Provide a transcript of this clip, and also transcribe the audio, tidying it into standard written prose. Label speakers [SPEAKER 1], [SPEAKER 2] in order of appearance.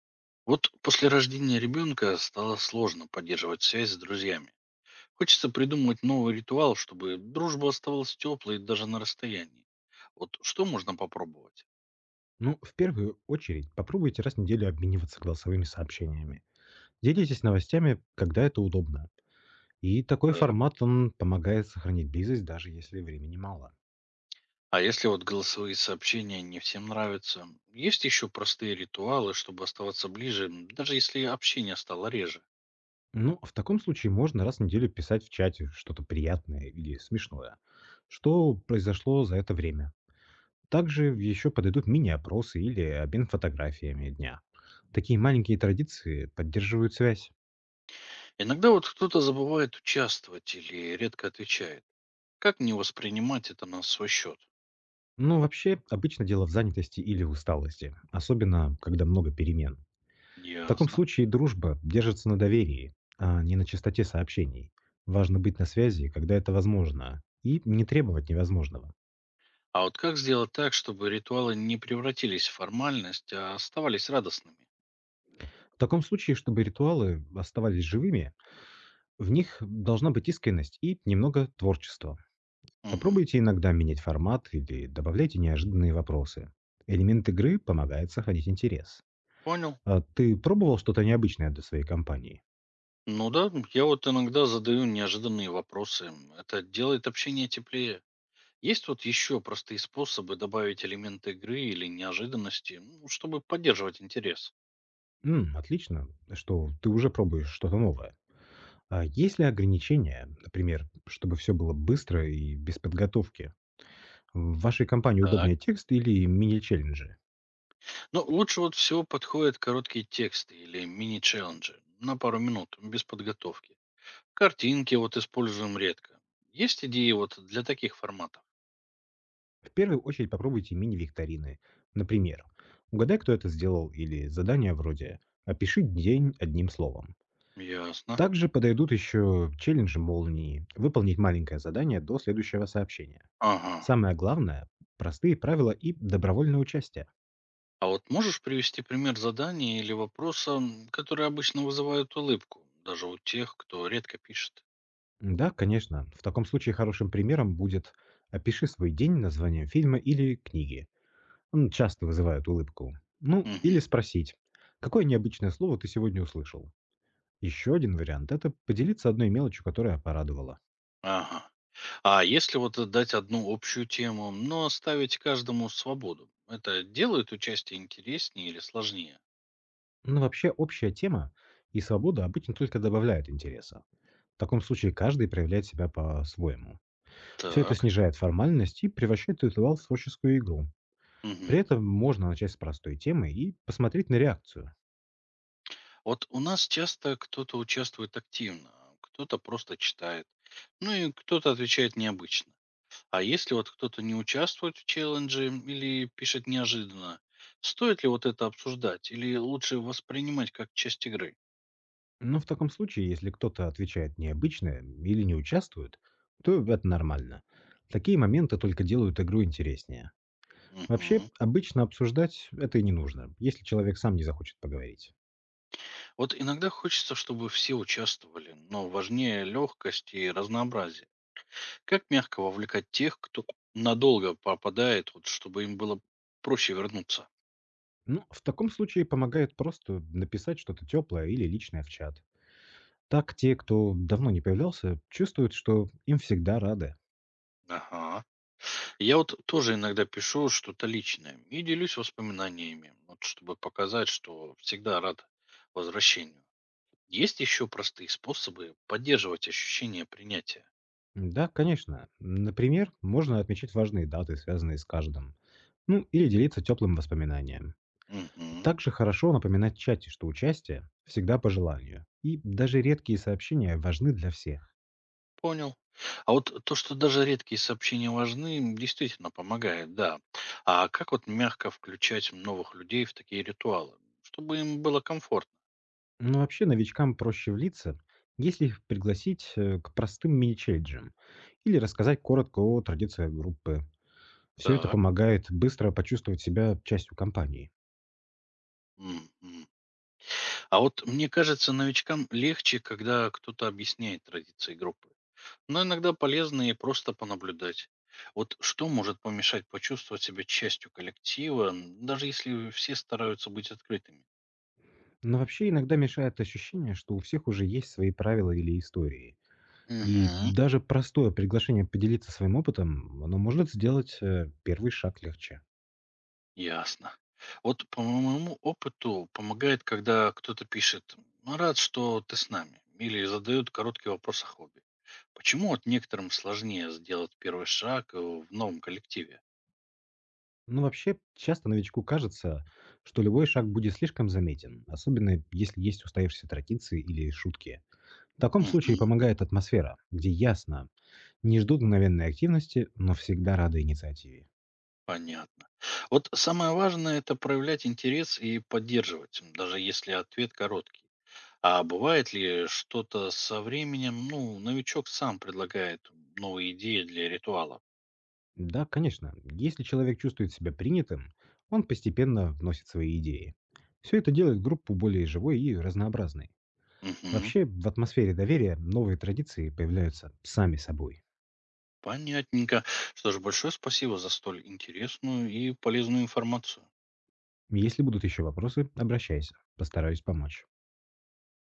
[SPEAKER 1] Вот после рождения ребенка стало сложно поддерживать связь с друзьями. Хочется придумать новый ритуал, чтобы дружба оставалась теплой даже на расстоянии. Вот что можно попробовать?
[SPEAKER 2] Ну, в первую очередь, попробуйте раз в неделю обмениваться голосовыми сообщениями. Делитесь новостями, когда это удобно. И такой
[SPEAKER 1] Так.
[SPEAKER 2] формат, он помогает сохранить близость, даже если времени мало.
[SPEAKER 1] А если вот голосовые сообщения не всем нравятся, есть еще простые ритуалы, чтобы оставаться ближе, даже если общение стало реже.
[SPEAKER 2] Ну, в таком случае можно раз в неделю писать в чате что-то приятное или смешное, что произошло за это время. Также еще подойдут мини-опросы или обмен фотографиями дня. Такие маленькие традиции поддерживают связь.
[SPEAKER 1] Иногда вот кто-то забывает участвовать или редко отвечает. Как не воспринимать это на свой счет?
[SPEAKER 2] Ну, вообще, обычно дело в занятости или усталости, особенно когда много перемен. В таком
[SPEAKER 1] Ясно.
[SPEAKER 2] случае дружба держится на доверии, а не на частоте сообщений. Важно быть на связи, когда это возможно, и не требовать невозможного.
[SPEAKER 1] А вот как сделать так, чтобы ритуалы не превратились в формальность, а оставались радостными?
[SPEAKER 2] В таком случае, чтобы ритуалы оставались живыми, в них должна быть искренность и немного творчества.
[SPEAKER 1] Мгм.
[SPEAKER 2] Попробуйте иногда менять формат или добавляйте неожиданные вопросы. Элемент игры помогает сохранить интерес.
[SPEAKER 1] Понял.
[SPEAKER 2] А ты пробовал что-то необычное для своей компании?
[SPEAKER 1] Ну да, я вот иногда задаю неожиданные вопросы. Это делает общение теплее. Есть вот еще простые способы добавить элемент игры или неожиданности, ну, чтобы поддерживать интерес.
[SPEAKER 2] Отлично, что ты уже пробуешь что-то новое. А есть ли ограничения, например, чтобы все было быстро и без подготовки? В вашей компании
[SPEAKER 1] Так.
[SPEAKER 2] удобнее текст или мини-челленджи?
[SPEAKER 1] Но лучше вот всего подходят короткие тексты или мини-челленджи на пару минут, без подготовки. Картинки вот используем редко. Есть идеи вот для таких форматов?
[SPEAKER 2] В первую очередь попробуйте мини-викторины. Например, угадай, кто это сделал, или задание вроде «Опиши день одним словом».
[SPEAKER 1] Ясно.
[SPEAKER 2] Также подойдут еще челленджи молнии, выполнить маленькое задание до следующего сообщения.
[SPEAKER 1] Ага.
[SPEAKER 2] Самое главное– простые правила и добровольное участие.
[SPEAKER 1] А вот можешь привести пример задания или вопроса, которые обычно вызывают улыбку, даже у тех, кто редко пишет?
[SPEAKER 2] Да, конечно. В таком случае хорошим примером будет «Опиши свой день названием фильма или книги». Он часто вызывает улыбку. Ну,
[SPEAKER 1] Мгм.
[SPEAKER 2] или спросить, какое необычное слово ты сегодня услышал? Еще один вариант– это поделиться одной мелочью, которая порадовала.
[SPEAKER 1] Ага. А если вот дать одну общую тему, но оставить каждому свободу, это делает участие интереснее или сложнее?
[SPEAKER 2] Но вообще общая тема и свобода обычно только добавляют интереса. В таком случае каждый проявляет себя по-своему. Все это
[SPEAKER 1] Так.
[SPEAKER 2] снижает формальность и превращает ритуал в творческую игру.
[SPEAKER 1] Мгм.
[SPEAKER 2] При этом можно начать с простой темы и посмотреть на реакцию.
[SPEAKER 1] Вот у нас часто кто-то участвует активно, а кто-то просто читает, ну и кто-то отвечает необычно. А если вот кто-то не участвует в челлендже или пишет неожиданно, стоит ли вот это обсуждать или лучше воспринимать как часть игры?
[SPEAKER 2] Но в таком случае, если кто-то отвечает необычно или не участвует, то это нормально. Такие моменты только делают игру интереснее. Вообще,
[SPEAKER 1] Мгм.
[SPEAKER 2] обычно обсуждать это и не нужно, если человек сам не захочет поговорить.
[SPEAKER 1] Вот иногда хочется, чтобы все участвовали, но важнее легкость и разнообразие. Как мягко вовлекать тех, кто надолго попадает, вот, чтобы им было проще вернуться?
[SPEAKER 2] Ну, в таком случае помогает просто написать что-то теплое или личное в чат. Так те, кто давно не появлялся, чувствуют, что им всегда рады.
[SPEAKER 1] Ага. Я вот тоже иногда пишу что-то личное и делюсь воспоминаниями, вот, чтобы показать, что всегда рад возвращению. Есть еще простые способы поддерживать ощущение принятия.
[SPEAKER 2] Да, конечно. Например, можно отмечать важные даты, связанные с каждым. Ну, или делиться теплым воспоминанием.
[SPEAKER 1] Мгм.
[SPEAKER 2] Также хорошо напоминать в чате, что участие всегда по желанию, и даже редкие сообщения важны для всех.
[SPEAKER 1] Понял. А вот то, что даже редкие сообщения важны, действительно помогает, да. А как вот мягко включать новых людей в такие ритуалы, чтобы им было комфортно?
[SPEAKER 2] Но вообще новичкам проще влиться, если их пригласить к простым мини-челленджам или рассказать коротко о традициях группы. Все это
[SPEAKER 1] Так.
[SPEAKER 2] помогает быстро почувствовать себя частью компании.
[SPEAKER 1] Мгм. А вот мне кажется, новичкам легче, когда кто-то объясняет традиции группы. Но иногда полезно и просто понаблюдать. Вот что может помешать почувствовать себя частью коллектива, даже если все стараются быть открытыми?
[SPEAKER 2] Но вообще иногда мешает ощущение, что у всех уже есть свои правила или истории. И
[SPEAKER 1] Мгм.
[SPEAKER 2] даже простое приглашение поделиться своим опытом, оно может сделать первый шаг легче.
[SPEAKER 1] Ясно. Вот по моему опыту помогает, когда кто-то пишет «Ну, «Рад, что ты с нами» или задают короткий вопрос о хобби. Почему вот некоторым сложнее сделать первый шаг в новом коллективе?
[SPEAKER 2] Ну, вообще, часто новичку кажется, что любой шаг будет слишком заметен, особенно если есть устоявшиеся традиции или шутки. В таком случае
[SPEAKER 1] Мгм.
[SPEAKER 2] помогает атмосфера, где ясно, не ждут мгновенной активности, но всегда рады инициативе.
[SPEAKER 1] Понятно. Вот самое важное– это проявлять интерес и поддерживать, даже если ответ короткий. А бывает ли что-то со временем, ну, новичок сам предлагает новые идеи для ритуалов?
[SPEAKER 2] Да, конечно, если человек чувствует себя принятым, он постепенно вносит свои идеи. Все это делает группу более живой и разнообразной.
[SPEAKER 1] Угу,
[SPEAKER 2] Вообще, в атмосфере доверия новые традиции появляются сами собой.
[SPEAKER 1] понятненько. Что ж, большое спасибо за столь интересную и полезную информацию.
[SPEAKER 2] Если будут еще вопросы, обращайся, постараюсь помочь.